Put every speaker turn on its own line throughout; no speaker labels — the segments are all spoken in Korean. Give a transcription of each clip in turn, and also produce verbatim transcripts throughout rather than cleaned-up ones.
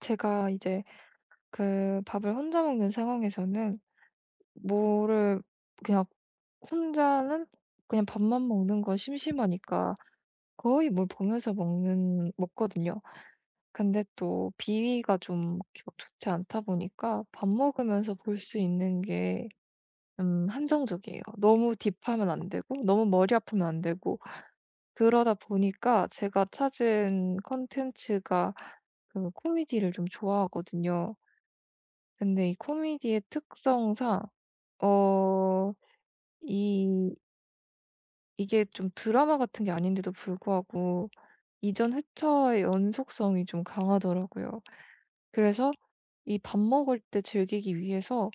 제가 이제 그 밥을 혼자 먹는 상황에서는 뭐를 그냥 혼자는 그냥 밥만 먹는 거 심심하니까 거의 뭘 보면서 먹는 먹거든요. 근데 또 비위가 좀 이렇게 막 좋지 않다 보니까 밥 먹으면서 볼 수 있는 게 음, 한정적이에요. 너무 딥하면 안 되고 너무 머리 아프면 안 되고, 그러다 보니까 제가 찾은 콘텐츠가 그 코미디를 좀 좋아하거든요. 근데 이 코미디의 특성상 어 이 이게 좀 드라마 같은 게 아닌데도 불구하고 이전 회차의 연속성이 좀 강하더라고요. 그래서 이 밥 먹을 때 즐기기 위해서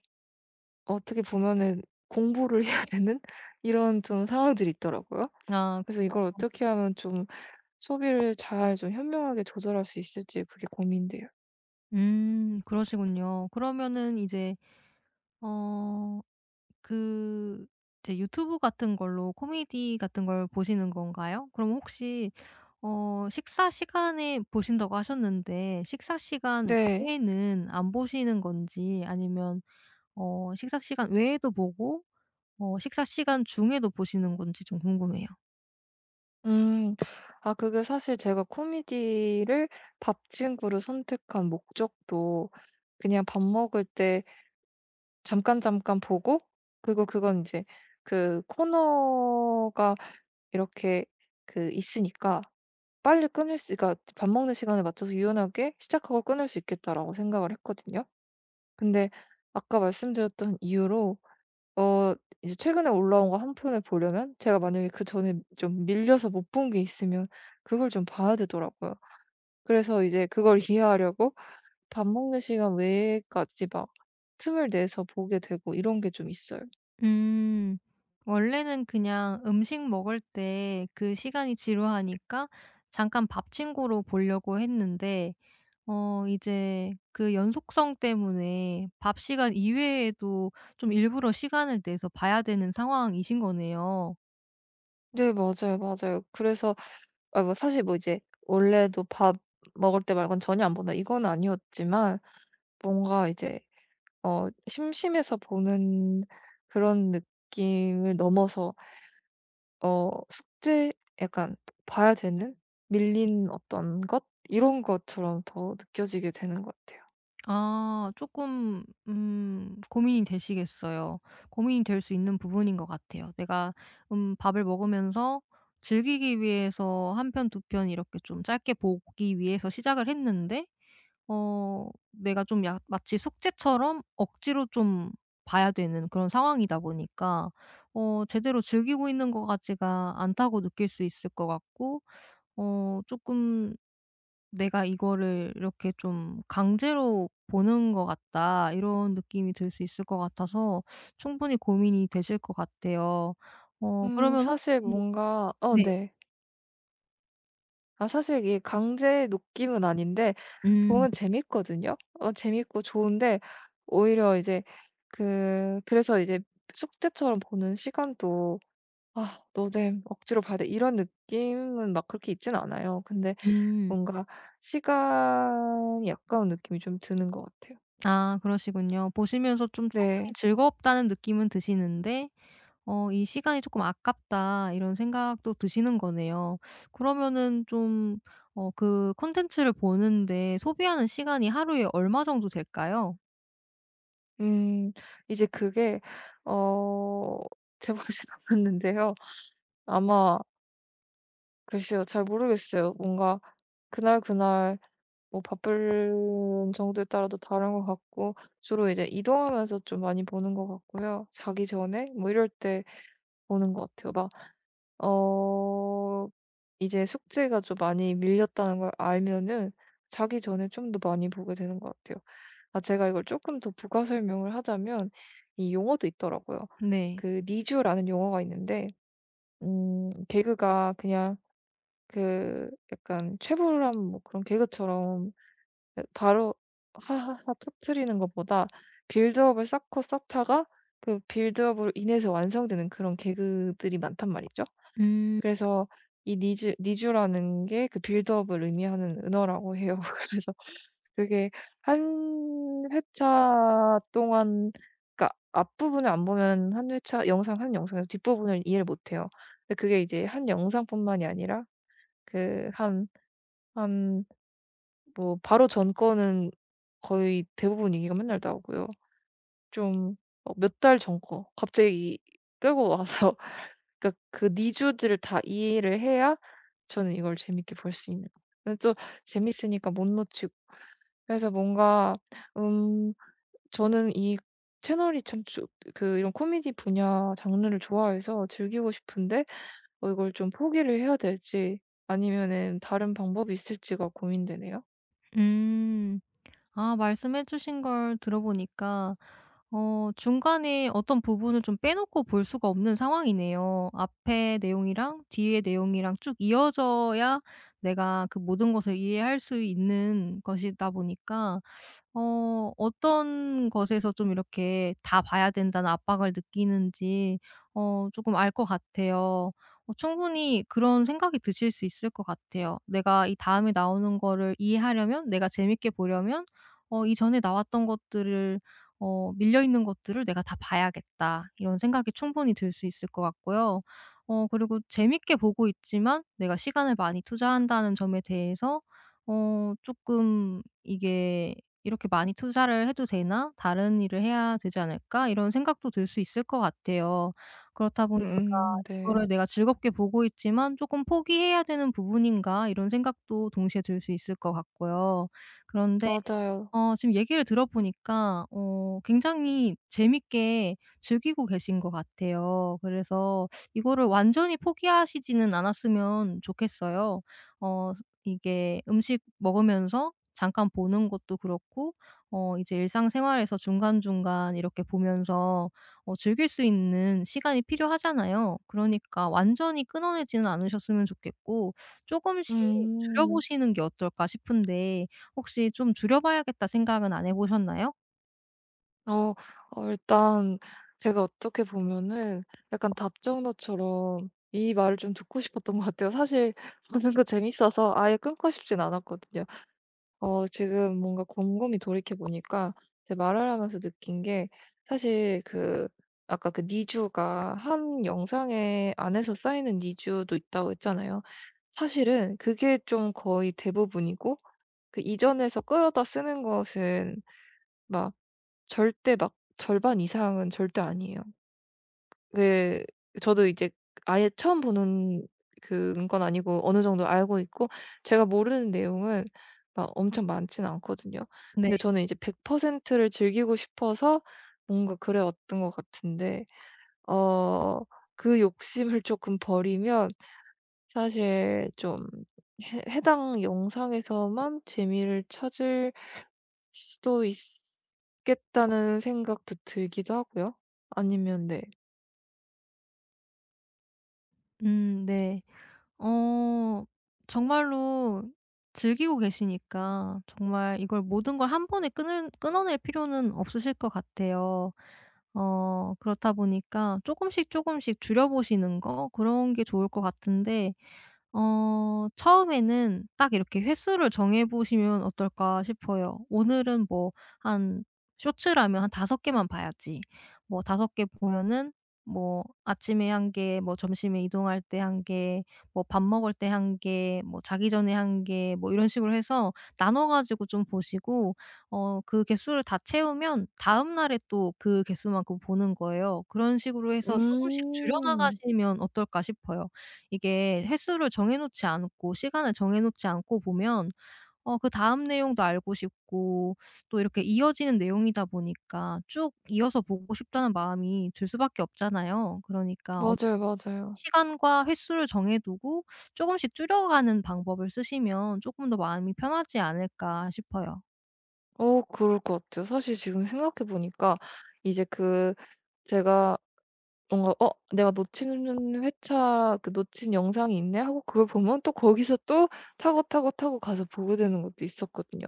어떻게 보면은 공부를 해야 되는 이런 좀 상황들이 있더라고요.
아.
그래서 이걸 어떻게 하면 좀 소비를 잘 좀 현명하게 조절할 수 있을지 그게 고민돼요.
음 그러시군요. 그러면은 이제 어 그 이제 유튜브 같은 걸로 코미디 같은 걸 보시는 건가요? 그럼 혹시 어 식사 시간에 보신다고 하셨는데 식사 시간
네.
외에는 안 보시는 건지 아니면 어 식사 시간 외에도 보고 어 식사 시간 중에도 보시는 건지 좀 궁금해요.
음. 아 그게 사실 제가 코미디를 밥 친구로 선택한 목적도 그냥 밥 먹을 때 잠깐 잠깐 보고, 그리고 그건 이제 그 코너가 이렇게 그 있으니까 빨리 끊을 수 그러니까 밥 먹는 시간에 맞춰서 유연하게 시작하고 끊을 수 있겠다라고 생각을 했거든요. 근데 아까 말씀드렸던 이유로 어 이제 최근에 올라온 거 한 편을 보려면 제가 만약에 그전에 좀 밀려서 못 본 게 있으면 그걸 좀 봐야 되더라고요. 그래서 이제 그걸 이해하려고 밥 먹는 시간 외에까지 막 틈을 내서 보게 되고 이런 게 좀 있어요.
음. 원래는 그냥 음식 먹을 때 그 시간이 지루하니까 잠깐 밥 친구로 보려고 했는데 어 이제 그 연속성 때문에 밥 시간 이외에도 좀 일부러 시간을 내서 봐야 되는 상황이신 거네요.
네 맞아요, 맞아요. 그래서 아 뭐 사실 뭐 이제 원래도 "밥 먹을 때 말고는 전혀 안 본다." 이건 아니었지만 뭔가 이제 어 심심해서 보는 그런 느낌을 넘어서 어 숙제, 약간 봐야 되는 밀린 어떤 것 이런 것처럼 더 느껴지게 되는 것 같아요.
아, 조금 음 고민이 되시겠어요. 고민이 될 수 있는 부분인 것 같아요. 내가 음 밥을 먹으면서 즐기기 위해서 한 편 두 편 이렇게 좀 짧게 보기 위해서 시작을 했는데 어 내가 좀 야, 마치 숙제처럼 억지로 좀 봐야 되는 그런 상황이다 보니까 어 제대로 즐기고 있는 것 같지가 않다고 느낄 수 있을 것 같고 어 조금 '내가 이거를 이렇게 좀 강제로 보는 것 같다.' 이런 느낌이 들 수 있을 것 같아서 충분히 고민이 되실 것 같아요. 어
음
그러면 혹시.
사실 뭔가 어
네.
네. 아 사실 이게 강제 느낌은 아닌데
음.
보면 재밌거든요. 어 재밌고 좋은데 오히려 이제 그 그래서 이제 숙제처럼 보는 시간도 '아 노잼 억지로 봐야 돼.' 이런 느낌은 막 그렇게 있진 않아요. 근데
음.
뭔가 시간이 아까운 느낌이 좀 드는 것 같아요.
아, 그러시군요. 보시면서 좀 충분히
네.
즐겁다는 느낌은 드시는데 어 '이 시간이 조금 아깝다.' 이런 생각도 드시는 거네요. 그러면은 좀 어 그 콘텐츠를 보는데 소비하는 시간이 하루에 얼마 정도 될까요?
음. 이제 그게 어 제 몫은 없는데요. 아마, 글쎄요. 잘 모르겠어요. 뭔가 그날그날 뭐 바쁜 정도에 따라도 다른 것 같고, 주로 이제 이동하면서 좀 많이 보는 것 같고요. 자기 전에 뭐 이럴 때 보는 것 같아요. 막 어 이제 숙제가 좀 많이 밀렸다는 걸 알면은 자기 전에 좀 더 많이 보게 되는 것 같아요. 아 제가 이걸 조금 더 부가 설명을 하자면 이 용어도 있더라고요.
네.
그 니쥬라는 용어가 있는데 음 개그가 그냥 그 약간 최불암 뭐 그런 개그처럼, 예 바로 하하하 터뜨리는 것보다 빌드업을 쌓고 쌓다가 그 빌드업으로 인해서 완성되는 그런 개그들이 많단 말이죠.
음.
그래서 이 니즈 니쥬라는 게 그 빌드업을 의미하는 은어라고 해요. 그래서 그게 한 회차 동안, 그러니까 앞부분을 안 보면 한 회차 영상 한 영상에서 뒷부분을 이해를 못 해요. 근데 그게 이제 한 영상뿐만이 아니라 그 한 한 뭐 바로 전 거는 거의 대부분 얘기가 맨날 나오고요. 좀 어 몇 달 전 거 갑자기 끌고 와서 그러니까 그 니즈들을 다 이해를 해야 저는 이걸 재밌게 볼 수 있는, 근데 또 재밌으니까 못 놓치고, 그래서 뭔가 음 저는 이 채널이 참 조 그 이런 코미디 분야 장르를 좋아해서 즐기고 싶은데 어 이걸 좀 포기를 해야 될지 아니면은 다른 방법이 있을지가 고민되네요.
음. 아, 말씀해 주신 걸 들어보니까 어 중간에 어떤 부분을 좀 빼놓고 볼 수가 없는 상황이네요. 앞에 내용이랑 뒤에 내용이랑 쭉 이어져야 내가 그 모든 것을 이해할 수 있는 것이다 보니까 어 어떤 것에서 좀 이렇게 '다 봐야 된다.'는 압박을 느끼는지 어 조금 알 것 같아요. 어 충분히 그런 생각이 드실 수 있을 것 같아요. '내가 이 다음에 나오는 거를 이해하려면, 내가 재밌게 보려면 어 이전에 나왔던 것들을, 어 밀려 있는 것들을 내가 다 봐야겠다.' 이런 생각이 충분히 들 수 있을 것 같고요. 어 그리고 재밌게 보고 있지만 내가 시간을 많이 투자한다는 점에 대해서 어 조금 이게 '이렇게 많이 투자를 해도 되나? 다른 일을 해야 되지 않을까?' 이런 생각도 들 수 있을 것 같아요. 그렇다 보니까
음 네.
'이거를 내가 즐겁게 보고 있지만 조금 포기해야 되는 부분인가?' 이런 생각도 동시에 들 수 있을 것 같고요. 그런데
맞아요.
어 지금 얘기를 들어보니까 어 굉장히 재밌게 즐기고 계신 것 같아요. 그래서 이거를 완전히 포기하시지는 않았으면 좋겠어요. 어 이게 음식 먹으면서 잠깐 보는 것도 그렇고 어 이제 일상생활에서 중간중간 이렇게 보면서 어 즐길 수 있는 시간이 필요하잖아요. 그러니까 완전히 끊어내지는 않으셨으면 좋겠고, 조금씩
음.
줄여보시는 게 어떨까 싶은데, 혹시 좀 줄여봐야겠다 생각은 안 해 보셨나요?
어 어 일단 제가 어떻게 보면은 약간 답정너처럼 이 말을 좀 듣고 싶었던 것 같아요. 사실 보는 거 재밌어서 아예 끊고 싶진 않았거든요. 어 지금 뭔가 곰곰이 돌이켜 보니까 제가 말을 하면서 느낀 게, 사실 그 아까 그 니주가 한 영상에 안에서 쌓이는 니주도 있다고 했잖아요. 사실은 그게 좀 거의 대부분이고 그 이전에서 끌어다 쓰는 것은 막 절대, 막 절반 이상은 절대 아니에요. 그 저도 이제 아예 처음 보는 그런 건 아니고 어느 정도 알고 있고 제가 모르는 내용은 막 엄청 많진 않거든요.
네.
근데 저는 이제 백 퍼센트를 즐기고 싶어서 뭔가 그래 왔던 것 같은데 어 그 욕심을 조금 버리면 사실 좀 해 해당 영상에서만 재미를 찾을 수도 있겠다는 생각도 들기도 하고요. 아니면 네.
음. 네. 어 정말로 즐기고 계시니까 정말 이걸 모든 걸 한 번에 끊을 끊어낼 필요는 없으실 것 같아요. 어 그렇다 보니까 조금씩 조금씩 줄여 보시는 거, 그런 게 좋을 것 같은데 어 처음에는 딱 이렇게 횟수를 정해 보시면 어떨까 싶어요. 오늘은 뭐 한 쇼츠라면 한 다섯 개만 봐야지. 뭐 다섯 개 보면은 뭐 아침에 한 개, 뭐 점심에 이동할 때 한 개, 뭐 밥 먹을 때 한 개, 뭐 자기 전에 한 개, 뭐 이런 식으로 해서 나눠 가지고 좀 보시고, 어 그 개수를 다 채우면 다음 날에 또 그 개수만큼 보는 거예요. 그런 식으로 해서 조금씩 줄여
음
나가시면 어떨까 싶어요. 이게 횟수를 정해 놓지 않고 시간을 정해 놓지 않고 보면 어 그다음 내용도 알고 싶고, 또 이렇게 이어지는 내용이다 보니까 쭉 이어서 보고 싶다는 마음이 들 수밖에 없잖아요. 그러니까 엄청
맞아요, 맞아요.
시간과 횟수를 정해 두고 조금씩 줄여가는 방법을 쓰시면 조금 더 마음이 편하지 않을까 싶어요.
어 그럴 것 같아요. 사실 지금 생각해 보니까 이제 그 제가 뭔가 '어 내가 놓치는 회차 그 놓친 영상이 있네.' 하고 그걸 보면 또 거기서 또 타고, 타고, 타고 가서 보게 되는 것도 있었거든요.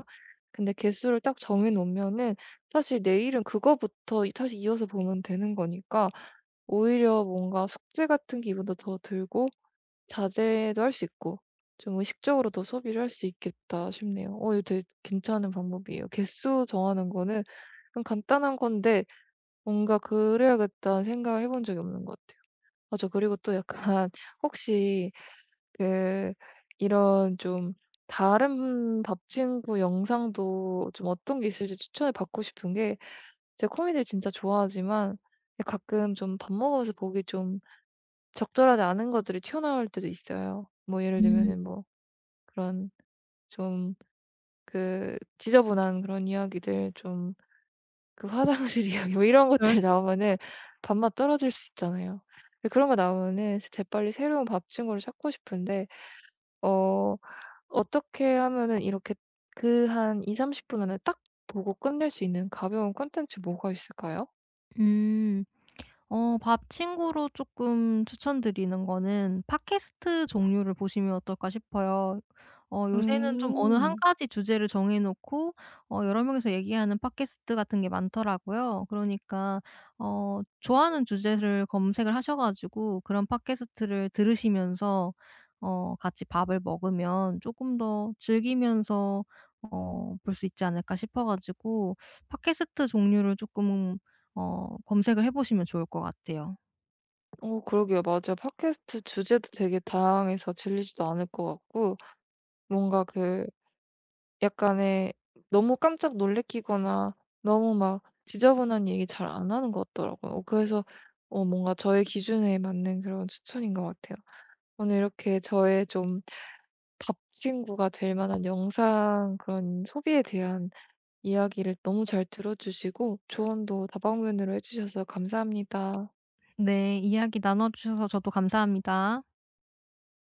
근데 개수를 딱 정해 놓으면은 사실 내일은 그거부터 이 다시 이어서 보면 되는 거니까 오히려 뭔가 숙제 같은 기분도 더 들고 자제도 할 수 있고 좀 의식적으로도 소비를 할 수 있겠다 싶네요. 어 이거 되게 괜찮은 방법이에요. 개수 정하는 거는 그냥 간단한 건데 뭔가 '그래야겠다.'는 생각을 해본 적이 없는 것 같아요. 아 그리고 또 약간 혹시 그 이런 좀 다른 밥 친구 영상도 좀 어떤 게 있을지 추천을 받고 싶은 게, 제가 코미디를 진짜 좋아하지만 예 가끔 좀 밥 먹으면서 보기 좀 적절하지 않은 것들이 튀어나올 때도 있어요. 뭐 예를
음.
들면은 뭐 그런 좀 그 지저분한 그런 이야기들 좀, 그 화장실 이야기 뭐 이런
그럴
것들
수.
나오면은 밥맛 떨어질 수 있잖아요. 근데 그런 거 나오면은 재빨리 새로운 밥 친구를 찾고 싶은데 어 어떻게 하면은 이렇게 그 한이삼3 삼십 분 안에 딱 보고 끝낼 수 있는 가벼운 콘텐츠 뭐가 있을까요?
음. 어 밥 친구로 조금 추천드리는 거는 팟캐스트 종류를 보시면 어떨까 싶어요. 어 요새는 좀 어느 한
음.
가지 주제를 정해 놓고 어 여러 명이서 얘기하는 팟캐스트 같은 게 많더라고요. 그러니까 어 좋아하는 주제를 검색을 하셔 가지고 그런 팟캐스트를 들으시면서 어 같이 밥을 먹으면 조금 더 즐기면서 어 볼 수 있지 않을까 싶어 가지고 팟캐스트 종류를 조금 어 검색을 해 보시면 좋을 것 같아요.
어 그러게요. 맞아요. 팟캐스트 주제도 되게 다양해서 질리지도 않을 것 같고, 뭔가 그 약간의 너무 깜짝 놀래키거나 너무 막 지저분한 얘기 잘 안 하는 것 같더라고요. 어, 그래서 어 뭔가 저의 기준에 맞는 그런 추천인 것 같아요. 오늘 이렇게 저의 좀 밥 친구가 될 만한 영상 그런 소비에 대한 이야기를 너무 잘 들어주시고 조언도 다방면으로 해주셔서 감사합니다.
네. 이야기 나눠 주셔서 저도 감사합니다.